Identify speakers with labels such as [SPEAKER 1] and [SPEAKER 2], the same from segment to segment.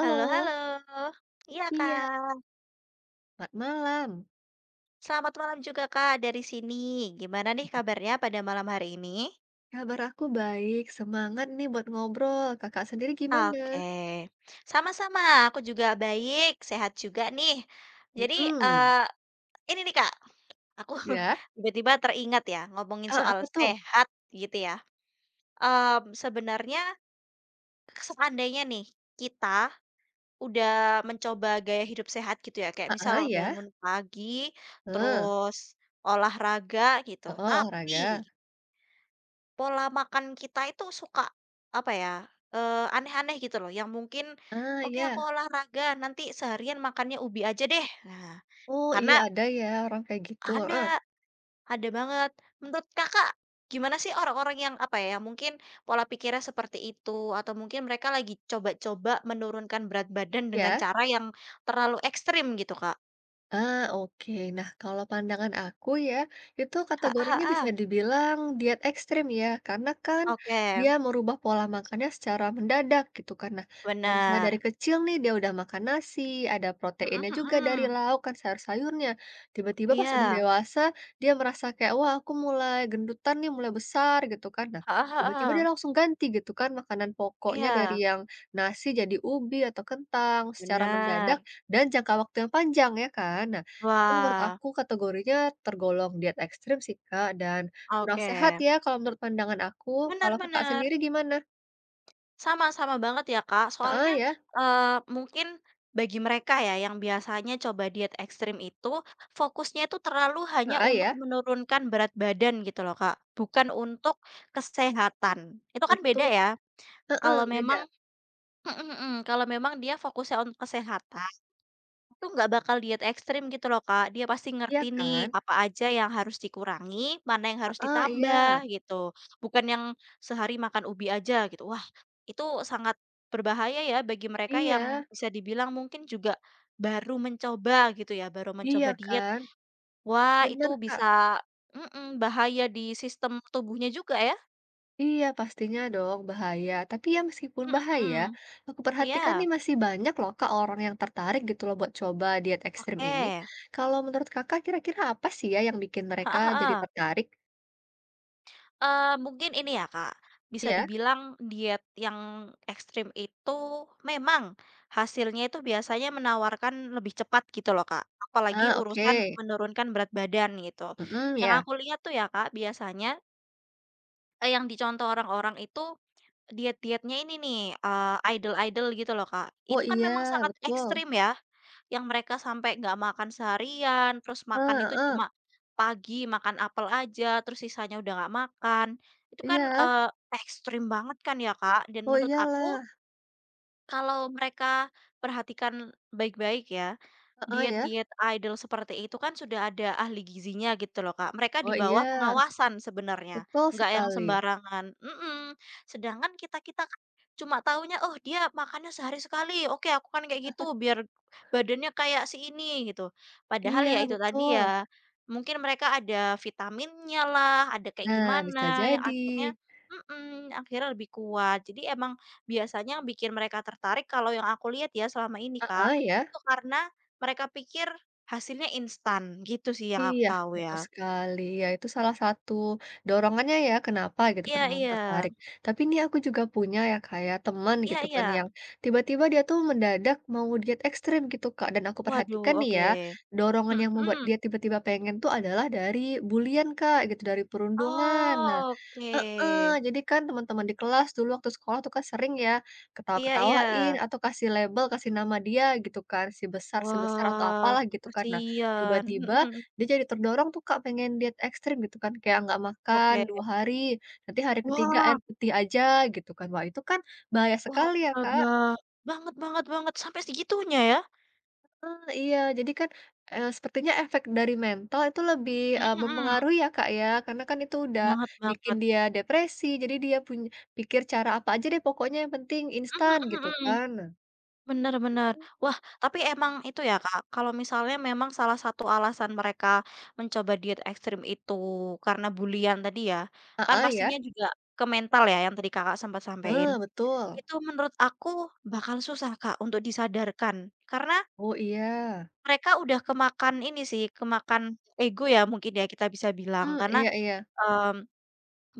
[SPEAKER 1] Halo halo. Iya,
[SPEAKER 2] iya,
[SPEAKER 1] Kak.
[SPEAKER 2] selamat malam.
[SPEAKER 1] Selamat malam juga, Kak, dari sini. Gimana nih kabarnya pada malam hari ini?
[SPEAKER 2] Kabar aku baik, semangat nih buat ngobrol. Kakak sendiri gimana?
[SPEAKER 1] Oke. Sama-sama, aku juga baik, sehat juga nih. Jadi,
[SPEAKER 2] Mhm,
[SPEAKER 1] eee, ini nih, Kak, aku
[SPEAKER 2] ya?
[SPEAKER 1] tiba-tiba teringat ya ngomongin
[SPEAKER 2] Ah,
[SPEAKER 1] soal
[SPEAKER 2] apa tuh?
[SPEAKER 1] sehat gitu ya. Mmm, sebenarnya seandainya nih kita udah mencoba gaya hidup sehat gitu ya, kayak
[SPEAKER 2] Ah,
[SPEAKER 1] misal
[SPEAKER 2] ah, ya?
[SPEAKER 1] bangun pagi,
[SPEAKER 2] Heeh,
[SPEAKER 1] terus olahraga gitu,
[SPEAKER 2] heeh,
[SPEAKER 1] tapi
[SPEAKER 2] olahraga.
[SPEAKER 1] pola makan kita itu suka, apa ya, aneh-aneh gitu loh yang mungkin,
[SPEAKER 2] Ah,
[SPEAKER 1] "Oke aku
[SPEAKER 2] ya.
[SPEAKER 1] olahraga nanti seharian makannya ubi aja deh." Nah,
[SPEAKER 2] Oh, iya
[SPEAKER 1] karena
[SPEAKER 2] ada ya orang kayak gitu, Ah,
[SPEAKER 1] ada ada banget. Menurut Kakak, gimana sih orang-orang yang, apa ya, yang mungkin pola pikirnya seperti itu atau mungkin mereka lagi coba-coba menurunkan berat badan dengan
[SPEAKER 2] ya?
[SPEAKER 1] cara yang terlalu ekstrim gitu, Kak?
[SPEAKER 2] Ah, oke. Nah, kalau pandangan aku ya, itu
[SPEAKER 1] Ah ah
[SPEAKER 2] kategorinya bisa
[SPEAKER 1] ah.
[SPEAKER 2] dibilang diet ekstrim ya, karena kan
[SPEAKER 1] Oke,
[SPEAKER 2] dia merubah pola makannya secara mendadak gitu kan. Nah, kalau misalnya dari
[SPEAKER 1] bener.
[SPEAKER 2] kecil nih dia udah makan nasi, ada
[SPEAKER 1] Mhm
[SPEAKER 2] proteinnya juga dari
[SPEAKER 1] mhm.
[SPEAKER 2] lauk kan sayur-sayurnya. Tiba-tiba pas udah
[SPEAKER 1] Iya.
[SPEAKER 2] dewasa, dia merasa kayak, wah aku mulai gendutan nih, mulai besar gitu kan. Nah,
[SPEAKER 1] Ah ah
[SPEAKER 2] tiba-tiba dia
[SPEAKER 1] ah.
[SPEAKER 2] langsung ganti gitu kan makanan pokoknya dari
[SPEAKER 1] Iya,
[SPEAKER 2] yang nasi jadi ubi atau kentang secara mendadak
[SPEAKER 1] benar.
[SPEAKER 2] dan jangka waktu yang panjang ya kan. Nah, itu menurut
[SPEAKER 1] Wah,
[SPEAKER 2] aku kategorinya tergolong diet ekstrim sih Kak, dan kurang
[SPEAKER 1] oke.
[SPEAKER 2] sehat ya kalau menurut pandangan aku. Kalau Kakak
[SPEAKER 1] Benar-benar.
[SPEAKER 2] sendiri gimana?
[SPEAKER 1] Sama sama banget ya, Kak. Soalnya,
[SPEAKER 2] Heeh ya?
[SPEAKER 1] eee, mungkin bagi mereka ya yang biasanya coba diet ekstrim itu, fokusnya itu terlalu hanya
[SPEAKER 2] Heeh
[SPEAKER 1] untuk
[SPEAKER 2] ya?
[SPEAKER 1] menurunkan berat badan gitu loh, Kak, bukan untuk kesehatan. Itu kan beda
[SPEAKER 2] Betul,
[SPEAKER 1] ya, kalau memang
[SPEAKER 2] beda.
[SPEAKER 1] kalau memang dia fokusnya untuk kesehatan. Itu nggak bakal diet ekstrim gitu loh, Kak. Dia pasti
[SPEAKER 2] Iya
[SPEAKER 1] ngerti nih
[SPEAKER 2] kan?
[SPEAKER 1] apa aja yang harus dikurangi, mana yang harus
[SPEAKER 2] Ah, iya.
[SPEAKER 1] ditambah gitu. Bukan yang sehari makan ubi aja gitu. Wah, itu sangat berbahaya ya bagi mereka yang
[SPEAKER 2] Iya.
[SPEAKER 1] bisa dibilang mungkin juga baru mencoba gitu ya, baru mencoba
[SPEAKER 2] Iya
[SPEAKER 1] diet.
[SPEAKER 2] kan?
[SPEAKER 1] Wah, itu
[SPEAKER 2] Bener Kak.
[SPEAKER 1] bisa mhm, bahaya di sistem tubuhnya juga ya.
[SPEAKER 2] Iya pastinya dong, bahaya. Tapi ya meskipun
[SPEAKER 1] Mhm
[SPEAKER 2] bahaya,
[SPEAKER 1] mhm.
[SPEAKER 2] aku perhatikan
[SPEAKER 1] Iya,
[SPEAKER 2] nih masih banyak loh Kak orang yang tertarik gitu loh buat coba diet ekstrim ini.
[SPEAKER 1] oke.
[SPEAKER 2] Kalau menurut Kakak kira-kira apa sih ya yang bikin mereka
[SPEAKER 1] Heeh
[SPEAKER 2] jadi
[SPEAKER 1] heeh.
[SPEAKER 2] tertarik?
[SPEAKER 1] Eee, mungkin ini ya, Kak, bisa
[SPEAKER 2] Iya?
[SPEAKER 1] dibilang diet yang ekstrim itu memang hasilnya itu biasanya menawarkan lebih cepat gitu loh, Kak, apalagi
[SPEAKER 2] Ah, oke.
[SPEAKER 1] urusan menurunkan berat badan gitu.
[SPEAKER 2] Mhm,
[SPEAKER 1] Yang
[SPEAKER 2] ya.
[SPEAKER 1] aku lihat tuh ya, Kak, biasanya, yang dicontoh orang-orang itu diet-dietnya ini nih, idol-idol gitu loh, Kak.
[SPEAKER 2] Oh
[SPEAKER 1] Itu kan memang
[SPEAKER 2] iya,
[SPEAKER 1] sangat
[SPEAKER 2] betul.
[SPEAKER 1] ekstrim ya yang mereka sampai nggak makan seharian, terus makan
[SPEAKER 2] Ah
[SPEAKER 1] itu
[SPEAKER 2] ah,
[SPEAKER 1] cuma pagi makan apel aja, terus sisanya udah nggak makan. Itu kan,
[SPEAKER 2] iya.
[SPEAKER 1] eee, ekstrim banget kan ya, Kak. Dan
[SPEAKER 2] Oh
[SPEAKER 1] menurut aku
[SPEAKER 2] iyalah.
[SPEAKER 1] kalau mereka perhatikan baik-baik ya,
[SPEAKER 2] Ah ah, ya.
[SPEAKER 1] diet-diet idol seperti itu kan sudah ada ahli gizinya gitu loh, Kak. Mereka
[SPEAKER 2] Oh
[SPEAKER 1] di bawah
[SPEAKER 2] iya,
[SPEAKER 1] pengawasan sebenarnya,
[SPEAKER 2] betul
[SPEAKER 1] nggak yang
[SPEAKER 2] sekali.
[SPEAKER 1] sembarangan Sedangkan kita-kita kan cuma taunya, "Oh, dia makannya sehari sekali, oke aku kan kayak gitu biar badannya kayak si ini," gitu. Padahal
[SPEAKER 2] Iya,
[SPEAKER 1] ya itu tadi
[SPEAKER 2] betul.
[SPEAKER 1] ya, mungkin mereka ada vitaminnya lah, ada kayak
[SPEAKER 2] Nah, bisa
[SPEAKER 1] gimana yang
[SPEAKER 2] jadi.
[SPEAKER 1] akhirnya mhm, akhirnya lebih kuat. Jadi emang biasanya yang bikin mereka tertarik kalau yang aku lihat ya selama ini,
[SPEAKER 2] Ah
[SPEAKER 1] Kak,
[SPEAKER 2] ah, ya.
[SPEAKER 1] itu karena mereka pikir hasilnya instan, gitu sih yang aku
[SPEAKER 2] Iya,
[SPEAKER 1] tahu
[SPEAKER 2] betul
[SPEAKER 1] ya.
[SPEAKER 2] sekali. Ya, itu salah satu dorongannya ya, kenapa gitu,
[SPEAKER 1] Iya
[SPEAKER 2] kenapa
[SPEAKER 1] iya.
[SPEAKER 2] tertarik. Tapi ini aku juga punya ya kayak teman
[SPEAKER 1] Iya
[SPEAKER 2] gitu kan
[SPEAKER 1] iya.
[SPEAKER 2] yang tiba-tiba dia tuh mendadak mau diet ekstrim gitu Kak, dan aku
[SPEAKER 1] Waduh,
[SPEAKER 2] perhatikan nih ya,
[SPEAKER 1] oke.
[SPEAKER 2] dorongan
[SPEAKER 1] Mhm
[SPEAKER 2] yang membuat
[SPEAKER 1] mhm.
[SPEAKER 2] dia tiba-tiba pengen tuh adalah dari bulian Kak, gitu, dari perundungan. Nah
[SPEAKER 1] Oh,
[SPEAKER 2] heeh,
[SPEAKER 1] oke.
[SPEAKER 2] jadi kan teman-teman di kelas dulu waktu sekolah tuh kan sering ya,
[SPEAKER 1] Iya iya.
[SPEAKER 2] ketawa-ketawain atau kasih label, kasih nama dia gitu kan, si besar atau
[SPEAKER 1] Wah,
[SPEAKER 2] apalah gitu kan. Nah,
[SPEAKER 1] kasihan. Mhm
[SPEAKER 2] tiba-tiba
[SPEAKER 1] mhm.
[SPEAKER 2] dia jadi terdorong tuh Kak pengen diet ekstrim gitu kan, kayak nggak makan
[SPEAKER 1] Oke.
[SPEAKER 2] 2 hari, nanti hari ketiga
[SPEAKER 1] Wah
[SPEAKER 2] air putih aja gitu kan. Wah itu kan bahaya
[SPEAKER 1] wah,
[SPEAKER 2] sekali ya
[SPEAKER 1] astaga.
[SPEAKER 2] Kak.
[SPEAKER 1] Banget banget banget, sampai segitunya ya?
[SPEAKER 2] Iya jadi kan, sepertinya efek dari mental itu lebih,
[SPEAKER 1] Mhm mhm.
[SPEAKER 2] mempengaruhi ya Kak ya, karena kan itu udah
[SPEAKER 1] Banget
[SPEAKER 2] bikin
[SPEAKER 1] banget.
[SPEAKER 2] dia depresi, jadi dia punya pikir cara apa aja deh pokoknya yang penting
[SPEAKER 1] Mhm
[SPEAKER 2] instan
[SPEAKER 1] mhm
[SPEAKER 2] gitu
[SPEAKER 1] mhm.
[SPEAKER 2] kan.
[SPEAKER 1] Benar-benar. Wah, tapi emang itu ya, Kak, kalau misalnya memang salah satu alasan mereka mencoba diet ekstrim itu karena bulian tadi ya, kan
[SPEAKER 2] Ah ya.
[SPEAKER 1] pastinya juga ke mental ya yang tadi Kakak sempat sampein.
[SPEAKER 2] Ah betul.
[SPEAKER 1] Itu menurut aku bakal susah, Kak, untuk disadarkan. Karena
[SPEAKER 2] Oh iya.
[SPEAKER 1] mereka udah kemakan ini sih, kemakan ego ya mungkin ya kita bisa bilang.
[SPEAKER 2] Hmm
[SPEAKER 1] Karena,
[SPEAKER 2] iya iya.
[SPEAKER 1] mmm,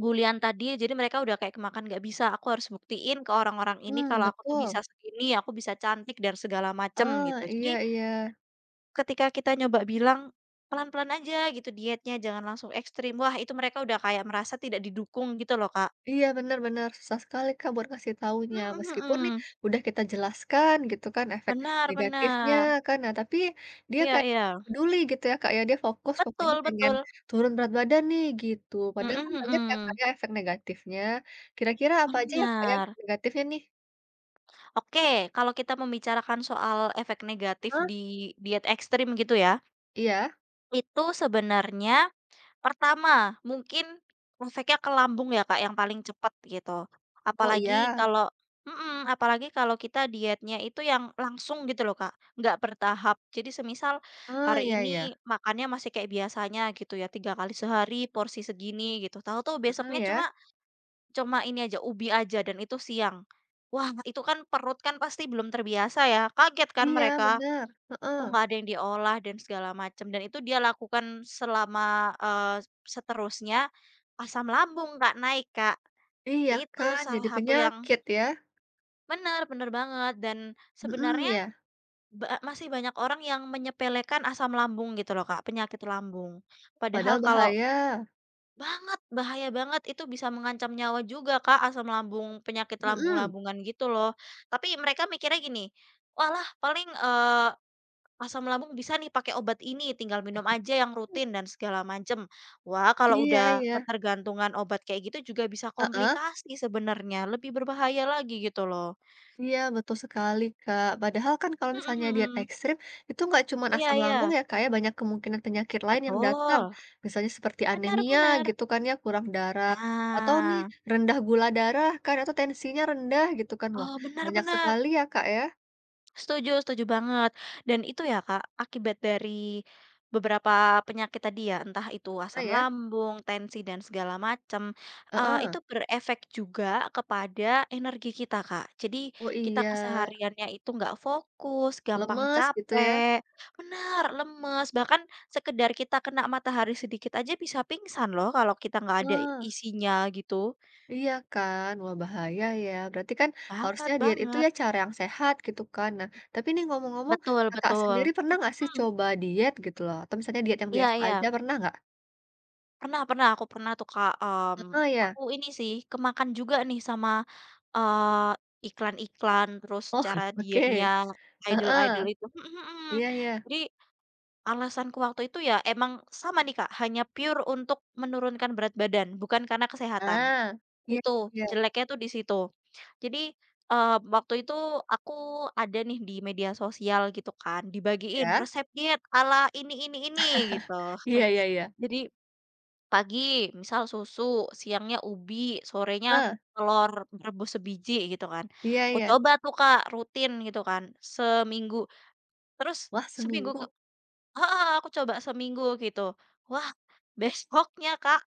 [SPEAKER 1] bulian tadi jadi mereka udah kayak kemakan, "Nggak bisa, aku harus buktiin ke orang-orang ini
[SPEAKER 2] Hmm
[SPEAKER 1] kalau aku tuh
[SPEAKER 2] betul.
[SPEAKER 1] bisa segini, aku bisa cantik dan segala macem,"
[SPEAKER 2] Ah,
[SPEAKER 1] gitu. Jadi
[SPEAKER 2] iya iya.
[SPEAKER 1] ketika kita nyoba bilang, pelan-pelan aja gitu dietnya, jangan langsung ekstrim. Wah, itu mereka udah kayak merasa tidak didukung gitu loh, Kak.
[SPEAKER 2] Iya, benar-benar susah sekali, Kak, buat ngasih taunya.
[SPEAKER 1] Mhm
[SPEAKER 2] Meskipun nih
[SPEAKER 1] mhm.
[SPEAKER 2] udah kita jelaskan gitu kan efek
[SPEAKER 1] Benar
[SPEAKER 2] negatifnya
[SPEAKER 1] benar.
[SPEAKER 2] kan, nah tapi dia
[SPEAKER 1] Iya
[SPEAKER 2] kayak
[SPEAKER 1] iya.
[SPEAKER 2] nggak peduli gitu ya, Kak, ya. Dia fokus pokoknya
[SPEAKER 1] Betul
[SPEAKER 2] pengen
[SPEAKER 1] betul.
[SPEAKER 2] turun berat badan nih, gitu. Padahal
[SPEAKER 1] Mhm
[SPEAKER 2] kan banyak ya, Kak,
[SPEAKER 1] mhm.
[SPEAKER 2] ya efek negatifnya. Kira-kira apa aja ya, Kak, ya
[SPEAKER 1] Benar.
[SPEAKER 2] efek negatifnya nih?
[SPEAKER 1] Oke, kalau kita membicarakan soal efek negatif
[SPEAKER 2] Hah?
[SPEAKER 1] di diet ekstrim gitu ya,
[SPEAKER 2] Iya?
[SPEAKER 1] itu sebenarnya pertama, mungkin efeknya ke lambung ya, Kak, yang paling cepat gitu.
[SPEAKER 2] Oh,
[SPEAKER 1] Apalagi
[SPEAKER 2] iya?
[SPEAKER 1] kalau mhm, apalagi kalau kita dietnya itu yang langsung gitu loh, Kak, nggak bertahap. Jadi semisal
[SPEAKER 2] Oh,
[SPEAKER 1] hari
[SPEAKER 2] iya iya.
[SPEAKER 1] ini makannya masih kayak biasanya gitu ya, 3 kali sehari, porsi segini gitu, tahu-tahu
[SPEAKER 2] Mhm,
[SPEAKER 1] besoknya
[SPEAKER 2] ya.
[SPEAKER 1] cuma cuma ini aja, ubi aja dan itu siang. Wah, itu kan perut kan pasti belum terbiasa ya, kaget kan
[SPEAKER 2] Iya,
[SPEAKER 1] mereka.
[SPEAKER 2] benar.
[SPEAKER 1] Kok
[SPEAKER 2] Heeh.
[SPEAKER 1] nggak ada yang diolah dan segala macam, dan itu dia lakukan selama, seterusnya, asam lambung Kak, naik Kak.
[SPEAKER 2] Iya
[SPEAKER 1] Itu
[SPEAKER 2] kan,
[SPEAKER 1] salah
[SPEAKER 2] jadi
[SPEAKER 1] satu yang
[SPEAKER 2] penyakit ya.
[SPEAKER 1] bener bener banget dan
[SPEAKER 2] Mhm,
[SPEAKER 1] sebenarnya
[SPEAKER 2] ya.
[SPEAKER 1] masih banyak orang yang menyepelekan asam lambung gitu loh Kak, penyakit lambung. Padahal
[SPEAKER 2] Padahal
[SPEAKER 1] kalau
[SPEAKER 2] bahaya.
[SPEAKER 1] banget, bahaya banget, itu bisa mengancam nyawa juga Kak, asam lambung, penyakit
[SPEAKER 2] Mhm.
[SPEAKER 1] lambung-lambungan gitu loh. Tapi mereka mikirnya gini, "Walah paling, eee" asam lambung bisa nih pakai obat ini, tinggal minum aja yang rutin dan segala macem. Wah, kalau
[SPEAKER 2] Iya
[SPEAKER 1] udah
[SPEAKER 2] iya.
[SPEAKER 1] ketergantungan obat kayak gitu juga bisa
[SPEAKER 2] Heeh,
[SPEAKER 1] komplikasi sebenarnya, lebih berbahaya lagi gitu loh.
[SPEAKER 2] iya betul sekali, Kak. Padahal kan kalau misalnya
[SPEAKER 1] Mhm
[SPEAKER 2] diet
[SPEAKER 1] mhm.
[SPEAKER 2] ekstrim, itu nggak cuma
[SPEAKER 1] Iya
[SPEAKER 2] asam
[SPEAKER 1] iya,
[SPEAKER 2] lambung ya, Kak, ya, banyak kemungkinan penyakit lain yang datang.
[SPEAKER 1] betul.
[SPEAKER 2] Misalnya seperti
[SPEAKER 1] Benar
[SPEAKER 2] anemia
[SPEAKER 1] benar.
[SPEAKER 2] gitu kan ya, kurang darah, atau nih
[SPEAKER 1] Nah.
[SPEAKER 2] rendah gula darah kan, atau tensinya rendah gitu kan. Wah,
[SPEAKER 1] Oh, benar
[SPEAKER 2] banyak
[SPEAKER 1] benar.
[SPEAKER 2] sekali ya, Kak, ya.
[SPEAKER 1] Setuju setuju banget. Dan itu ya Kak, akibat dari beberapa penyakit tadi ya, entah itu
[SPEAKER 2] Nah
[SPEAKER 1] asam
[SPEAKER 2] ya
[SPEAKER 1] lambung, tensi, dan segala macam,
[SPEAKER 2] heeh.
[SPEAKER 1] itu berefek juga kepada energi kita Kak. Jadi
[SPEAKER 2] Oh
[SPEAKER 1] kita
[SPEAKER 2] iya,
[SPEAKER 1] kesehariannya itu nggak fokus, gampang
[SPEAKER 2] lemes gitu ya.
[SPEAKER 1] capek benar lemes, bahkan sekedar kita kena matahari sedikit aja bisa pingsan loh kalau kita nggak ada
[SPEAKER 2] Nah.
[SPEAKER 1] isinya gitu.
[SPEAKER 2] Iya kan, wah bahaya ya. Berarti kan harusnya
[SPEAKER 1] Banget
[SPEAKER 2] diet itu
[SPEAKER 1] banget.
[SPEAKER 2] ya cara yang sehat gitu kan. Nah, tapi nih ngomong-ngomong,
[SPEAKER 1] Betul
[SPEAKER 2] Kakak
[SPEAKER 1] betul.
[SPEAKER 2] sendiri pernah nggak sih
[SPEAKER 1] Mhm,
[SPEAKER 2] coba diet gitu loh? Atau misalnya diet yang
[SPEAKER 1] iya
[SPEAKER 2] biasa
[SPEAKER 1] iya.
[SPEAKER 2] aja pernah nggak?
[SPEAKER 1] Pernah pernah, aku pernah tuh, Kak,
[SPEAKER 2] Heeh, ya.
[SPEAKER 1] aku ini sih kemakan juga nih sama, eee, iklan-iklan, terus
[SPEAKER 2] Oh,
[SPEAKER 1] cara dietnya
[SPEAKER 2] oke.
[SPEAKER 1] idol-idol
[SPEAKER 2] Heeh.
[SPEAKER 1] itu mhm mhm. Mhm.
[SPEAKER 2] Iya, iya.
[SPEAKER 1] Jadi alasanku waktu itu ya emang sama nih, Kak, hanya pure untuk menurunkan berat badan, bukan karena kesehatan.
[SPEAKER 2] Ah, iya
[SPEAKER 1] Itu
[SPEAKER 2] iya.
[SPEAKER 1] jeleknya tuh di situ. Jadi, eee, waktu itu aku ada nih di media sosial gitu kan, dibagiin
[SPEAKER 2] Ya.
[SPEAKER 1] resep diet ala ini gitu.
[SPEAKER 2] Iya, iya, iya.
[SPEAKER 1] Jadi pagi misal susu, siangnya ubi, sorenya
[SPEAKER 2] Heeh.
[SPEAKER 1] telur rebus sebiji gitu kan.
[SPEAKER 2] Iya,
[SPEAKER 1] Aku
[SPEAKER 2] iya.
[SPEAKER 1] coba tuh Kak, rutin gitu kan, seminggu. Terus
[SPEAKER 2] Wah,
[SPEAKER 1] seminggu ke
[SPEAKER 2] seminggu.
[SPEAKER 1] heeh, aku coba seminggu gitu. Wah, besoknya Kak,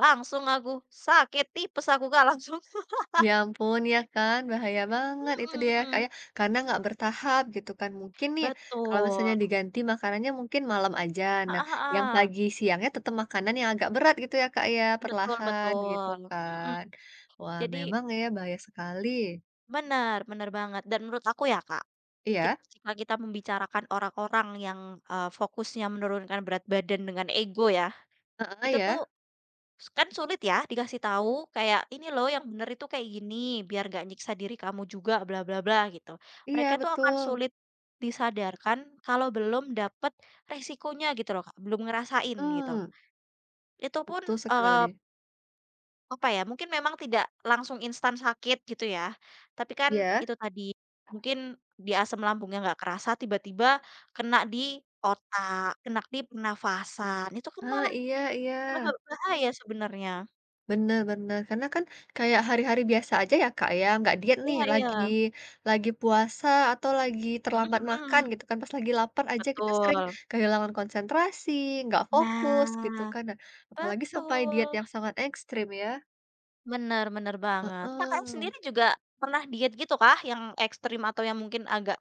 [SPEAKER 1] langsung aku sakit tipes aku Kak, langsung.
[SPEAKER 2] Ya ampun, ya kan, bahaya banget itu dia,
[SPEAKER 1] Mhm,
[SPEAKER 2] kayak karena nggak bertahap gitu kan. Mungkin nih kalau misalnya
[SPEAKER 1] betul.
[SPEAKER 2] diganti makanannya mungkin malam aja, nah
[SPEAKER 1] Heeh
[SPEAKER 2] yang
[SPEAKER 1] heeh.
[SPEAKER 2] pagi siangnya tetap makanan yang agak berat gitu ya, Kak, ya,
[SPEAKER 1] Betul
[SPEAKER 2] perlahan gitu
[SPEAKER 1] betul. Mhm.
[SPEAKER 2] kan. Wah
[SPEAKER 1] Jadi
[SPEAKER 2] memang ya bahaya sekali.
[SPEAKER 1] benar benar banget dan menurut aku ya Kak
[SPEAKER 2] Iya,
[SPEAKER 1] jika kita membicarakan orang-orang yang, fokusnya menurunkan berat badan dengan ego ya,
[SPEAKER 2] heeh,
[SPEAKER 1] itu
[SPEAKER 2] ya,
[SPEAKER 1] tuh kan sulit ya dikasih tahu kayak, "Ini loh yang bener itu kayak gini, biar gak nyiksa diri kamu juga bla bla bla," gitu.
[SPEAKER 2] iya
[SPEAKER 1] Mereka tuh akan
[SPEAKER 2] betul,
[SPEAKER 1] sulit disadarkan kalau belum dapet resikonya gitu loh, Kak, belum ngerasain gitu.
[SPEAKER 2] hmm
[SPEAKER 1] Itu pun,
[SPEAKER 2] betul sekali.
[SPEAKER 1] apa ya, mungkin memang tidak langsung instan sakit gitu ya, tapi kan
[SPEAKER 2] Iya,
[SPEAKER 1] itu tadi, mungkin di asam lambungnya nggak kerasa tiba-tiba kena di otak, kena di pernafasan, itu kan
[SPEAKER 2] ah,
[SPEAKER 1] malah
[SPEAKER 2] iya iya.
[SPEAKER 1] malah bahaya sebenarnya.
[SPEAKER 2] Bener bener, karena kan kayak hari-hari biasa aja ya, Kak, ya, nggak diet nih,
[SPEAKER 1] Iya iya,
[SPEAKER 2] lagi puasa atau lagi
[SPEAKER 1] mhm
[SPEAKER 2] terlambat makan
[SPEAKER 1] mhm,
[SPEAKER 2] gitu kan, pas lagi lapar aja kita sering
[SPEAKER 1] betul.
[SPEAKER 2] kehilangan konsentrasi, nggak fokus gitu
[SPEAKER 1] Nah,
[SPEAKER 2] kan. Nah, apalagi sampai diet
[SPEAKER 1] betul,
[SPEAKER 2] yang sangat ekstrim ya.
[SPEAKER 1] bener bener banget. Kakak
[SPEAKER 2] Heeh.
[SPEAKER 1] sendiri juga pernah diet gitu kah yang ekstrim atau yang mungkin agak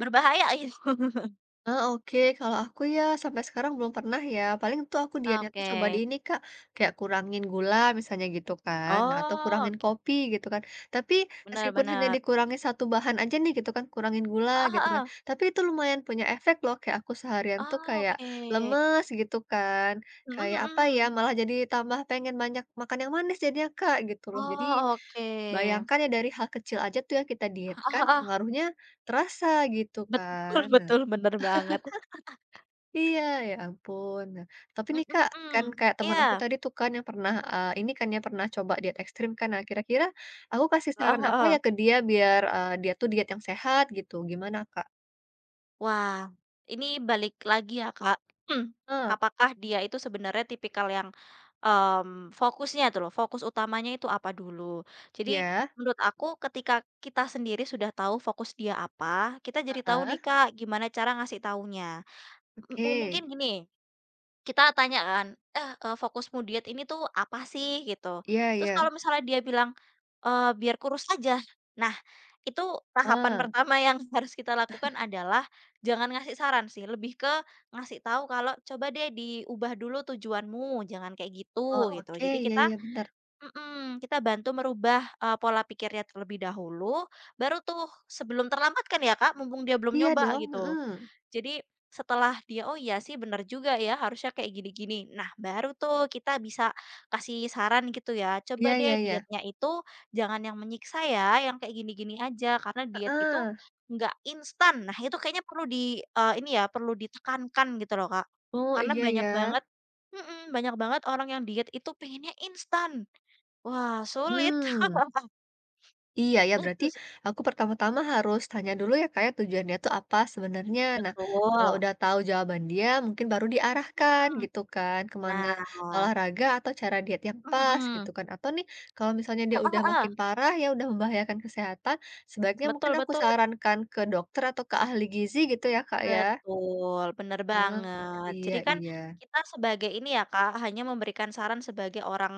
[SPEAKER 1] berbahaya gitu?
[SPEAKER 2] Ah, oke. Kalau aku ya sampai sekarang belum pernah ya. Paling tuh aku dietnya tuh
[SPEAKER 1] Oke,
[SPEAKER 2] coba di ini Kak, kayak kurangin gula misalnya gitu kan, nah, atau
[SPEAKER 1] oh
[SPEAKER 2] kurangin
[SPEAKER 1] oke,
[SPEAKER 2] kopi gitu kan. Tapi
[SPEAKER 1] benar
[SPEAKER 2] meskipun hanya
[SPEAKER 1] bener.
[SPEAKER 2] dikurangi satu bahan aja nih gitu kan, kurangin gula
[SPEAKER 1] Heeh
[SPEAKER 2] gitu kan.
[SPEAKER 1] heeh.
[SPEAKER 2] Tapi itu lumayan punya efek loh, kayak aku seharian tuh
[SPEAKER 1] Oh,
[SPEAKER 2] kayak
[SPEAKER 1] oke.
[SPEAKER 2] lemes gitu kan.
[SPEAKER 1] Mhm
[SPEAKER 2] Kayak apa
[SPEAKER 1] mhm.
[SPEAKER 2] ya, malah jadi tambah pengen banyak makan yang manis jadinya Kak gitu loh. Jadi
[SPEAKER 1] Oh, oke.
[SPEAKER 2] bayangkan ya dari hal kecil aja tuh yang kita
[SPEAKER 1] Heeh
[SPEAKER 2] dietkan,
[SPEAKER 1] heeh.
[SPEAKER 2] pengaruhnya terasa gitu
[SPEAKER 1] Betul
[SPEAKER 2] kan.
[SPEAKER 1] betul, bener banget.
[SPEAKER 2] Iya, ya ampun. Nah, tapi
[SPEAKER 1] Mhm
[SPEAKER 2] nih Kak, kan
[SPEAKER 1] mhm.
[SPEAKER 2] kayak teman aku
[SPEAKER 1] Iya.
[SPEAKER 2] tadi tuh kan yang pernah, ini kan ya, pernah coba diet ekstrim kan. Nah, kira-kira aku kasih
[SPEAKER 1] Heeh
[SPEAKER 2] saran apa ya
[SPEAKER 1] heeh.
[SPEAKER 2] ke dia biar, dia tuh diet yang sehat gitu, gimana Kak?
[SPEAKER 1] Wah, ini balik lagi ya, Kak, Hmm.
[SPEAKER 2] Heeh,
[SPEAKER 1] Apakah dia itu sebenarnya tipikal yang, fokusnya itu loh, fokus utamanya itu apa dulu. Jadi
[SPEAKER 2] iya,
[SPEAKER 1] menurut aku ketika kita sendiri sudah tahu fokus dia apa, kita jadi tahu
[SPEAKER 2] heeh,
[SPEAKER 1] nih, Kak, gimana cara ngasih taunya. M mu
[SPEAKER 2] oke.
[SPEAKER 1] Mungkin gini kita tanya kan, "Eh, fokusmu diet ini tuh apa sih?" Gitu.
[SPEAKER 2] Iya
[SPEAKER 1] Terus
[SPEAKER 2] iya,
[SPEAKER 1] kalau misalnya dia bilang, eee, "Biar kurus aja." Nah, itu tahapan
[SPEAKER 2] heeh,
[SPEAKER 1] pertama yang harus kita lakukan adalah jangan ngasih saran sih, lebih ke ngasih tahu kalau, "Coba deh diubah dulu tujuanmu, jangan kayak
[SPEAKER 2] oh
[SPEAKER 1] gitu." Gitu.
[SPEAKER 2] oke,
[SPEAKER 1] Jadi
[SPEAKER 2] iya
[SPEAKER 1] kita
[SPEAKER 2] iya, bener.
[SPEAKER 1] mhm, kita bantu merubah, pola pikirnya terlebih dahulu, baru tuh sebelum terlambat kan ya, Kak, mumpung dia belum
[SPEAKER 2] Iya
[SPEAKER 1] nyoba
[SPEAKER 2] dong,
[SPEAKER 1] gitu.
[SPEAKER 2] mhm.
[SPEAKER 1] Jadi setelah dia, "Oh iya sih bener juga ya harusnya kayak gini-gini." Nah baru tuh kita bisa kasih saran gitu ya,
[SPEAKER 2] Iya
[SPEAKER 1] "Coba
[SPEAKER 2] iya
[SPEAKER 1] deh
[SPEAKER 2] iya,
[SPEAKER 1] dietnya itu jangan yang menyiksa ya, yang kayak gini-gini aja karena diet itu
[SPEAKER 2] heeh.
[SPEAKER 1] nggak instan." Nah itu kayaknya perlu di ini ya, perlu ditekankan gitu loh, Kak.
[SPEAKER 2] Oh,
[SPEAKER 1] Karena
[SPEAKER 2] iya
[SPEAKER 1] banyak
[SPEAKER 2] ya,
[SPEAKER 1] banget mhm, banyak banget orang yang diet itu pengennya instan. Wah sulit.
[SPEAKER 2] mmm. Iya ya, berarti
[SPEAKER 1] Itu sih.
[SPEAKER 2] aku pertama-tama harus tanya dulu ya kayak tujuannya tuh apa sebenarnya. Nah, kalau
[SPEAKER 1] Betul.
[SPEAKER 2] udah tahu jawaban dia, mungkin baru diarahkan
[SPEAKER 1] Mhm.
[SPEAKER 2] gitu kan, kemana
[SPEAKER 1] Nah
[SPEAKER 2] olahraga atau cara diet yang pas gitu
[SPEAKER 1] mm-mm.
[SPEAKER 2] kan. Atau nih, kalau misalnya dia
[SPEAKER 1] Ah heeh
[SPEAKER 2] udah
[SPEAKER 1] heeh.
[SPEAKER 2] makin parah ya, udah membahayakan kesehatan, sebaiknya
[SPEAKER 1] Betul
[SPEAKER 2] mungkin aku
[SPEAKER 1] betul.
[SPEAKER 2] sarankan ke dokter atau ke ahli gizi gitu ya Kak ya.
[SPEAKER 1] Betul, bener
[SPEAKER 2] Nah,
[SPEAKER 1] banget.
[SPEAKER 2] iya
[SPEAKER 1] Jadi kan
[SPEAKER 2] iya.
[SPEAKER 1] kita sebagai ini ya Kak, hanya memberikan saran sebagai orang,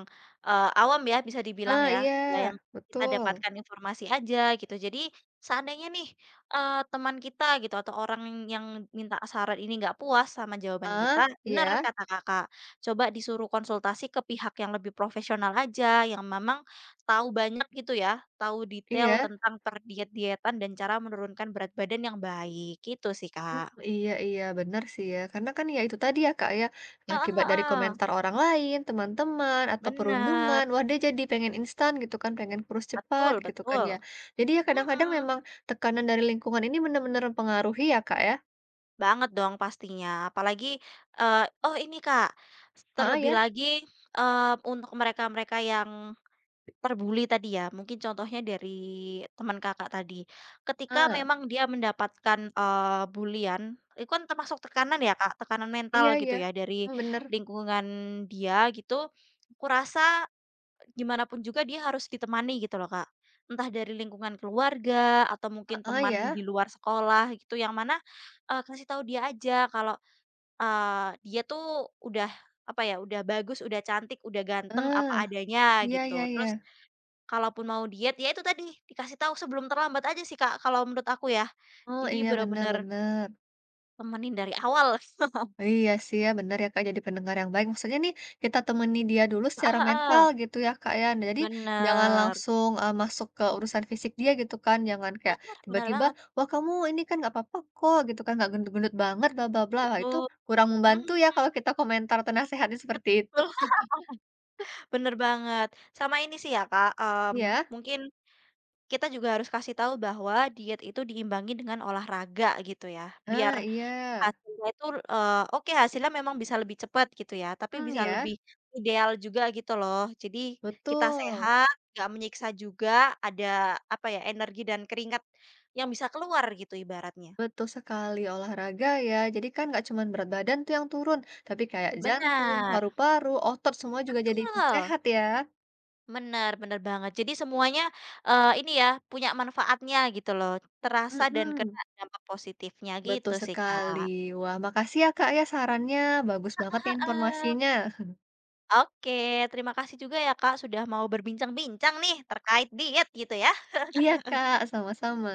[SPEAKER 1] eee, awam ya bisa dibilang
[SPEAKER 2] Ah
[SPEAKER 1] ya,
[SPEAKER 2] iya,
[SPEAKER 1] ya yang kita
[SPEAKER 2] betul.
[SPEAKER 1] dapatkan informasi aja gitu. Jadi seandainya nih, teman kita gitu atau orang yang minta saran ini nggak puas sama jawaban
[SPEAKER 2] Ah,
[SPEAKER 1] kita, bener
[SPEAKER 2] iya,
[SPEAKER 1] kata Kakak, coba disuruh konsultasi ke pihak yang lebih profesional aja, yang memang tahu banyak gitu ya, tahu detail
[SPEAKER 2] iya.
[SPEAKER 1] tentang perdiet-dietan dan cara menurunkan berat badan yang baik, gitu sih
[SPEAKER 2] Mmm,
[SPEAKER 1] Kak.
[SPEAKER 2] iya iya, bener sih ya, karena kan ya itu tadi ya, Kak, ya,
[SPEAKER 1] Heeh
[SPEAKER 2] akibat dari
[SPEAKER 1] heeh,
[SPEAKER 2] komentar orang lain, teman-teman, atau perundungan,
[SPEAKER 1] bener,
[SPEAKER 2] wah dia jadi pengen instan gitu kan, pengen kurus cepat
[SPEAKER 1] betul
[SPEAKER 2] gitu kan ya.
[SPEAKER 1] betul,
[SPEAKER 2] Jadi ya kadang-kadang
[SPEAKER 1] mhm,
[SPEAKER 2] memang tekanan dari lingkungan ini bener-bener mempengaruhi ya, Kak, ya?
[SPEAKER 1] banget dong pastinya apalagi, eee, oh ini Kak,
[SPEAKER 2] Heeh,
[SPEAKER 1] terlebih
[SPEAKER 2] ya?
[SPEAKER 1] lagi, eee, untuk mereka-mereka yang terbuli tadi ya mungkin contohnya dari teman Kakak tadi, ketika
[SPEAKER 2] Heeh,
[SPEAKER 1] memang dia mendapatkan, bulian itu kan termasuk tekanan ya Kak, tekanan
[SPEAKER 2] iya
[SPEAKER 1] mental gitu
[SPEAKER 2] iya,
[SPEAKER 1] ya dari
[SPEAKER 2] mmm, bener,
[SPEAKER 1] lingkungan dia gitu, aku rasa gimana pun juga dia harus ditemani gitu loh, Kak. Entah dari lingkungan keluarga atau mungkin
[SPEAKER 2] heeh, ya,
[SPEAKER 1] teman di luar sekolah gitu yang mana, kasih tahu dia aja kalau, dia tuh udah apa ya, udah bagus, udah cantik, udah ganteng apa
[SPEAKER 2] heeh,
[SPEAKER 1] adanya
[SPEAKER 2] iya iya
[SPEAKER 1] gitu.
[SPEAKER 2] iya.
[SPEAKER 1] Terus kalaupun mau diet, ya itu tadi dikasih tahu sebelum terlambat aja sih, Kak, kalau menurut aku ya.
[SPEAKER 2] Oh,
[SPEAKER 1] Jadi
[SPEAKER 2] iya, bener
[SPEAKER 1] bener-bener
[SPEAKER 2] bener.
[SPEAKER 1] temenin dari awal.
[SPEAKER 2] Iya sih ya, benar ya Kak, jadi pendengar yang baik. Maksudnya nih, kita temani dia dulu
[SPEAKER 1] Heeh
[SPEAKER 2] secara mental
[SPEAKER 1] heeh,
[SPEAKER 2] gitu ya Kak ya. Nah, jadi jangan
[SPEAKER 1] bener
[SPEAKER 2] langsung masuk ke urusan fisik dia gitu kan, jangan kayak
[SPEAKER 1] bener bener
[SPEAKER 2] tiba-tiba,
[SPEAKER 1] banget,
[SPEAKER 2] "Wah kamu ini kan nggak apa-apa kok," gitu kan, "nggak gendut-gendut banget, bla bla bla." Nah itu
[SPEAKER 1] betul,
[SPEAKER 2] kurang
[SPEAKER 1] mhm,
[SPEAKER 2] membantu ya kalau kita komentar atau nasehatnya seperti itu.
[SPEAKER 1] betul. Bener banget. Sama ini sih ya Kak,
[SPEAKER 2] Iya.
[SPEAKER 1] mungkin kita juga harus kasih tahu bahwa diet itu diimbangi dengan olahraga gitu ya, biar
[SPEAKER 2] Ah, iya.
[SPEAKER 1] hasilnya itu, oke hasilnya memang bisa lebih cepat gitu ya, tapi
[SPEAKER 2] Hmm
[SPEAKER 1] bisa
[SPEAKER 2] ya.
[SPEAKER 1] lebih ideal juga gitu loh. Jadi kita
[SPEAKER 2] Betul.
[SPEAKER 1] sehat, nggak menyiksa juga, ada apa ya, energi dan keringat yang bisa keluar gitu ibaratnya.
[SPEAKER 2] Betul sekali, olahraga ya. Jadi kan nggak cuma berat badan tuh yang turun, tapi kayak jantung,
[SPEAKER 1] Benar,
[SPEAKER 2] paru-paru, otot semua juga jadi ikut
[SPEAKER 1] betul.
[SPEAKER 2] sehat ya.
[SPEAKER 1] Bener bener banget. Jadi semuanya, ini ya, punya manfaatnya gitu loh, terasa dan
[SPEAKER 2] Mhm,
[SPEAKER 1] kena dampak positifnya gitu
[SPEAKER 2] betul
[SPEAKER 1] sih,
[SPEAKER 2] sekali.
[SPEAKER 1] Kak.
[SPEAKER 2] Wah, makasih ya Kak ya sarannya, bagus banget ya
[SPEAKER 1] Heeh.
[SPEAKER 2] informasinya.
[SPEAKER 1] Oke, terima kasih juga ya, Kak, sudah mau berbincang-bincang nih terkait diet gitu ya.
[SPEAKER 2] Iya Kak, sama-sama.